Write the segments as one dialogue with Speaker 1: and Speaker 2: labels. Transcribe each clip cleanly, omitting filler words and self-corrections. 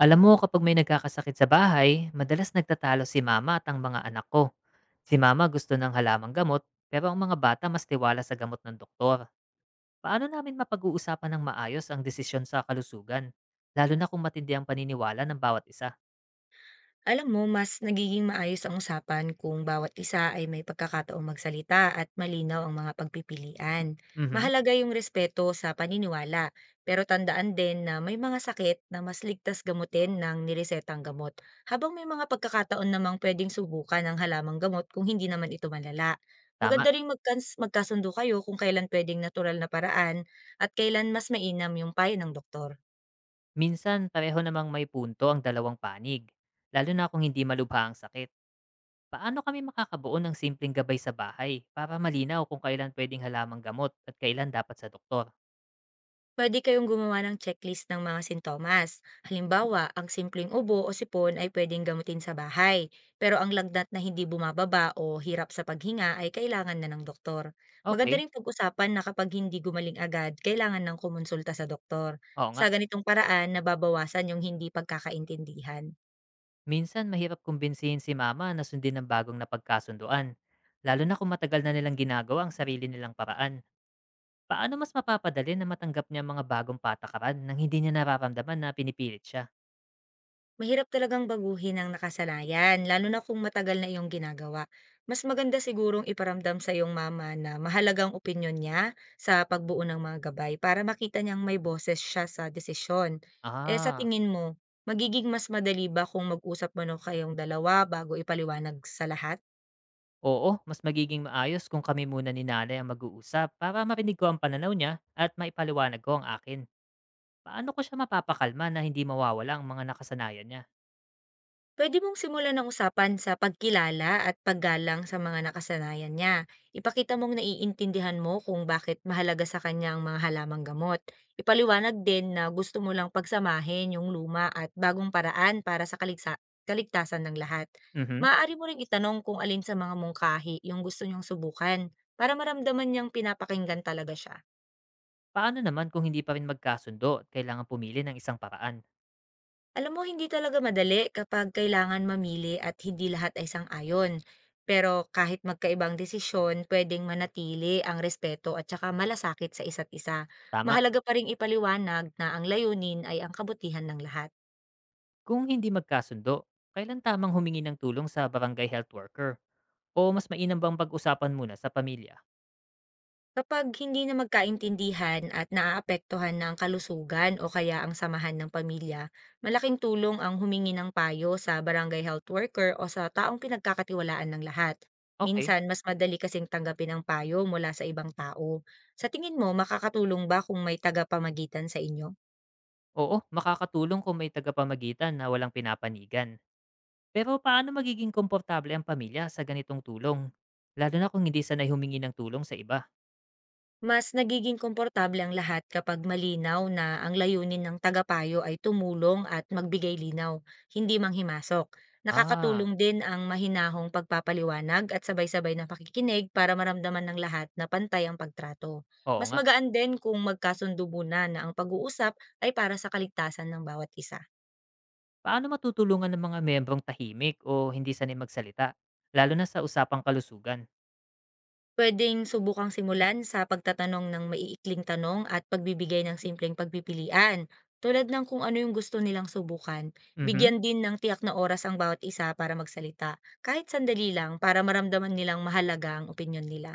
Speaker 1: Alam mo, kapag may nagkakasakit sa bahay, madalas nagtatalo si mama at ang mga anak ko. Si mama gusto ng halamang gamot, pero ang mga bata mas tiwala sa gamot ng doktor. Paano namin mapag-uusapan ng maayos ang desisyon sa kalusugan? Lalo na kung matindi ang paniniwala ng bawat isa.
Speaker 2: Alam mo, mas nagiging maayos ang usapan kung bawat isa ay may pagkakataong magsalita at malinaw ang mga pagpipilian.
Speaker 1: Mhm.
Speaker 2: Mahalaga yung respeto sa paniniwala, pero tandaan din na may mga sakit na mas ligtas gamutin ng niresetang gamot, habang may mga pagkakataon namang pwedeng subukan ang halamang gamot kung hindi naman ito malala.
Speaker 1: Tama.
Speaker 2: Maganda rin magkasundo kayo kung kailan pwedeng natural na paraan at kailan mas mainam yung payo ng doktor.
Speaker 1: Minsan, pareho namang may punto ang dalawang panig. Lalo na kung hindi malubha ang sakit. Paano kami makakabuo ng simpleng gabay sa bahay para malinaw kung kailan pwedeng halamang gamot at kailan dapat sa doktor?
Speaker 2: Pwede kayong gumawa ng checklist ng mga sintomas. Halimbawa, ang simpleng ubo o sipon ay pwedeng gamutin sa bahay, pero ang lagnat na hindi bumababa o hirap sa paghinga ay kailangan na ng doktor. Maganda
Speaker 1: Okay.
Speaker 2: rin pag-usapan na kapag hindi gumaling agad, kailangan ng kumonsulta sa doktor.
Speaker 1: Oo nga.
Speaker 2: Sa ganitong paraan, nababawasan yung hindi pagkakaintindihan.
Speaker 1: Minsan mahirap kumbinsihin si mama na sundin ang bagong napagkasunduan, lalo na kung matagal na nilang ginagawa ang sarili nilang paraan. Paano mas mapapadali na matanggap niya ang mga bagong patakaran nang hindi niya nararamdaman na pinipilit siya?
Speaker 2: Mahirap talagang baguhin ang nakasanayan, lalo na kung matagal na iyong ginagawa. Mas maganda sigurong iparamdam sa iyong mama na mahalagang opinyon niya sa pagbuo ng mga gabay para makita niyang may boses siya sa desisyon. Eh sa
Speaker 1: Ah.
Speaker 2: tingin mo, magiging mas madali ba kung mag-usap muna kayong dalawa bago ipaliwanag sa lahat?
Speaker 1: Oo, mas magiging maayos kung kami muna ni nanay ang mag-uusap para marinig ko ang pananaw niya at maipaliwanag ko ang akin. Paano ko siya mapapakalma na hindi mawawala ang mga nakasanayan niya?
Speaker 2: Puwede mong simulan ng usapan sa pagkilala at paggalang sa mga nakasanayan niya. Ipakita mong naiintindihan mo kung bakit mahalaga sa kanya ang mga halamang gamot. Ipaliwanag din na gusto mo lang pagsamahin yung luma at bagong paraan para sa kaligtasan ng lahat.
Speaker 1: Mhm.
Speaker 2: Maaari mo rin itanong kung alin sa mga mungkahi yung gusto niyang subukan para maramdaman niyang pinapakinggan talaga siya.
Speaker 1: Paano naman kung hindi pa rin magkasundo at kailangan pumili ng isang paraan?
Speaker 2: Alam mo, hindi talaga madali kapag kailangan mamili at hindi lahat ay sang-ayon. Pero kahit magkaibang desisyon, pwedeng manatili ang respeto at saka malasakit sa isa't isa.
Speaker 1: Tama?
Speaker 2: Mahalaga pa ring ipaliwanag na ang layunin ay ang kabutihan ng lahat.
Speaker 1: Kung hindi magkasundo, kailan tamang humingi ng tulong sa barangay health worker? O mas mainam bang pag-usapan muna sa pamilya?
Speaker 2: Kapag hindi na magkaintindihan at naaapektuhan ng kalusugan o kaya ang samahan ng pamilya, malaking tulong ang humingi ng payo sa barangay health worker o sa taong pinagkakatiwalaan ng lahat.
Speaker 1: Okay.
Speaker 2: Minsan, mas madali kasing tanggapin ang payo mula sa ibang tao. Sa tingin mo, makakatulong ba kung may tagapamagitan sa inyo?
Speaker 1: Oo, makakatulong kung may tagapamagitan na walang pinapanigan. Pero paano magiging komportable ang pamilya sa ganitong tulong? Lalo na kung hindi sanay humingi ng tulong sa iba.
Speaker 2: Mas nagiging komportable ang lahat kapag malinaw na ang layunin ng tagapayo ay tumulong at magbigay linaw, hindi manghimasok.
Speaker 1: Ah.
Speaker 2: Nakakatulong din ang mahinahong pagpapaliwanag at sabay-sabay na pakikinig para maramdaman ng lahat na pantay ang pagtrato.
Speaker 1: Oo
Speaker 2: Mas
Speaker 1: nga.
Speaker 2: magaan din kung magkasundo muna na ang pag-uusap ay para sa kaligtasan ng bawat isa.
Speaker 1: Paano matutulungan ng mga membrong tahimik o hindi sanay magsalita? Lalo na sa usapang kalusugan.
Speaker 2: Puwedeng subukang simulan sa pagtatanong ng maiikling tanong at pagbibigay ng simpleng pagpipilian, tulad ng kung ano yung gusto nilang subukan.
Speaker 1: Mhm.
Speaker 2: Bigyan din ng tiyak na oras ang bawat isa para magsalita, kahit sandali lang, para maramdaman nilang mahalaga ang opinyon nila.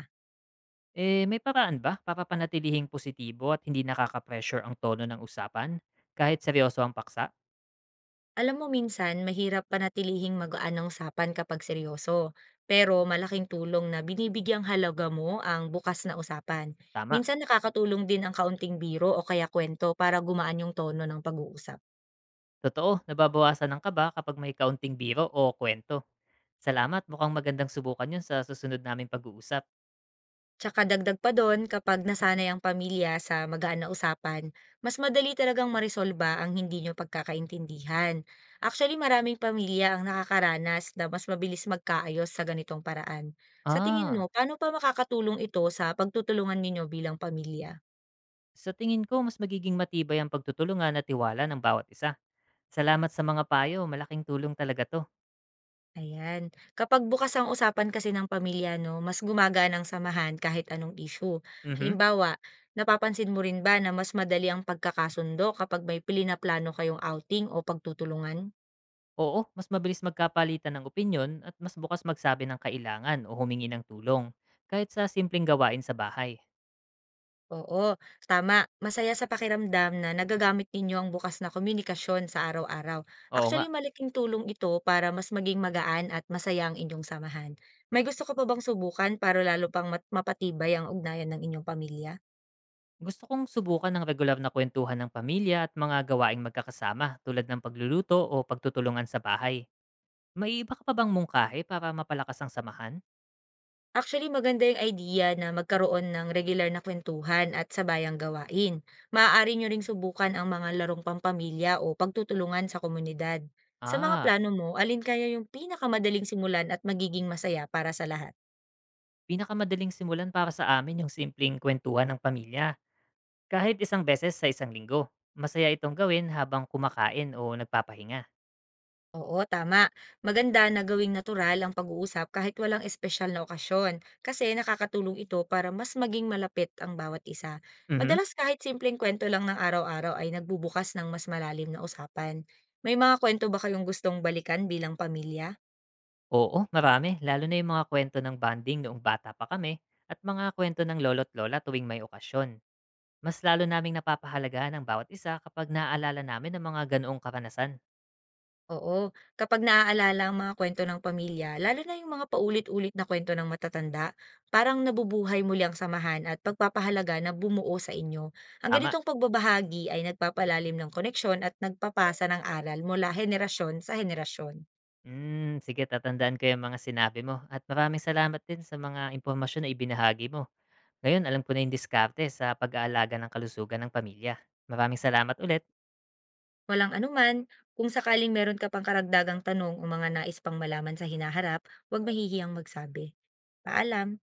Speaker 1: Eh, may paraan ba para panatilihing positibo at hindi nakaka-pressure ang tono ng usapan? Kahit seryoso ang paksa?
Speaker 2: Alam mo, minsan mahirap panatilihing magaan ang usapan kapag seryoso, pero malaking tulong na binibigyang halaga mo ang bukas na usapan.
Speaker 1: Tama.
Speaker 2: Minsan nakakatulong din ang kaunting biro o kaya kwento para gumaan yung tono ng pag-uusap.
Speaker 1: Totoo, nababawasan ng kaba kapag may kaunting biro o kwento. Salamat, mukhang magandang subukan yun sa susunod naming pag-uusap.
Speaker 2: Tsaka dagdag pa dun, kapag nasanay ang pamilya sa magaan na usapan, mas madali talagang maresolba ang hindi nyo pagkakaintindihan. Actually, maraming pamilya ang nakakaranas na mas mabilis magkaayos sa ganitong paraan. Sa tingin mo,
Speaker 1: Ah,
Speaker 2: paano pa makakatulong ito sa pagtutulungan ninyo bilang pamilya?
Speaker 1: sa tingin ko mas magiging matibay ang pagtutulungan at tiwala ng bawat isa. Salamat sa mga payo, malaking tulong talaga to.
Speaker 2: Ayan. Kapag bukas ang usapan kasi ng pamilya, no, mas gumagana ang samahan kahit anong issue.
Speaker 1: Mhm.
Speaker 2: Halimbawa, napapansin mo rin ba na mas madali ang pagkakasundo kapag may pili na plano kayong outing o pagtutulungan?
Speaker 1: Oo, mas mabilis magkapalitan ng opinyon at mas bukas magsabi ng kailangan o humingi ng tulong, kahit sa simpleng gawain sa bahay.
Speaker 2: Oo, tama. Masaya sa pakiramdam na nagagamit ninyo ang bukas na komunikasyon sa araw-araw.
Speaker 1: Oo nga.
Speaker 2: Actually, malaking tulong ito para mas maging magaan at masaya ang inyong samahan. May gusto ka pa bang subukan para lalo pang mapatibay ang ugnayan ng inyong pamilya?
Speaker 1: Gusto kong subukan ng regular na kwentuhan ng pamilya at mga gawaing magkakasama tulad ng pagluluto o pagtutulungan sa bahay. May iba ka pa bang mungkahi para mapalakas ang samahan?
Speaker 2: Actually, maganda yung idea na magkaroon ng regular na kwentuhan at sabayang gawain. Maaari nyo ring subukan ang mga larong pampamilya o pagtutulungan sa komunidad. Sa mga
Speaker 1: Ah,
Speaker 2: plano mo, alin kaya yung pinakamadaling simulan at magiging masaya para sa lahat?
Speaker 1: pinakamadaling simulan para sa amin yung simpleng kwentuhan ng pamilya. Kahit isang beses sa isang linggo. Masaya itong gawin habang kumakain o nagpapahinga.
Speaker 2: Oo, tama. Maganda na gawing natural ang pag-uusap kahit walang espesyal na okasyon, kasi nakakatulong ito para mas maging malapit ang bawat isa.
Speaker 1: Mhm.
Speaker 2: Madalas kahit simpleng kwento lang ng araw-araw ay nagbubukas ng mas malalim na usapan. May mga kwento ba kayong gustong balikan bilang pamilya?
Speaker 1: Oo, marami. Lalo na yung mga kwento ng bonding noong bata pa kami at mga kwento ng lolo't lola tuwing may okasyon. Mas lalo naming napapahalagahan ang bawat isa kapag naaalala namin ang mga ganoong karanasan.
Speaker 2: Oo, kapag naaalala ang mga kwento ng pamilya, lalo na yung mga paulit-ulit na kwento ng matatanda, parang nabubuhay muli ang samahan at pagpapahalaga na bumuo sa inyo. Ang
Speaker 1: Tama.
Speaker 2: ganitong pagbabahagi ay nagpapalalim ng koneksyon at nagpapasa ng aral mula henerasyon sa henerasyon.
Speaker 1: Hmm, sige tatandaan ko yung mga sinabi mo at maraming salamat din sa mga impormasyon na ibinahagi mo. Ngayon alam ko na yung diskarte sa pag-aalaga ng kalusugan ng pamilya. Maraming salamat ulit.
Speaker 2: Walang anuman, kung sakaling meron ka pang karagdagang tanong o mga nais pang malaman sa hinaharap, huwag mahihiyang magsabi. Paalam!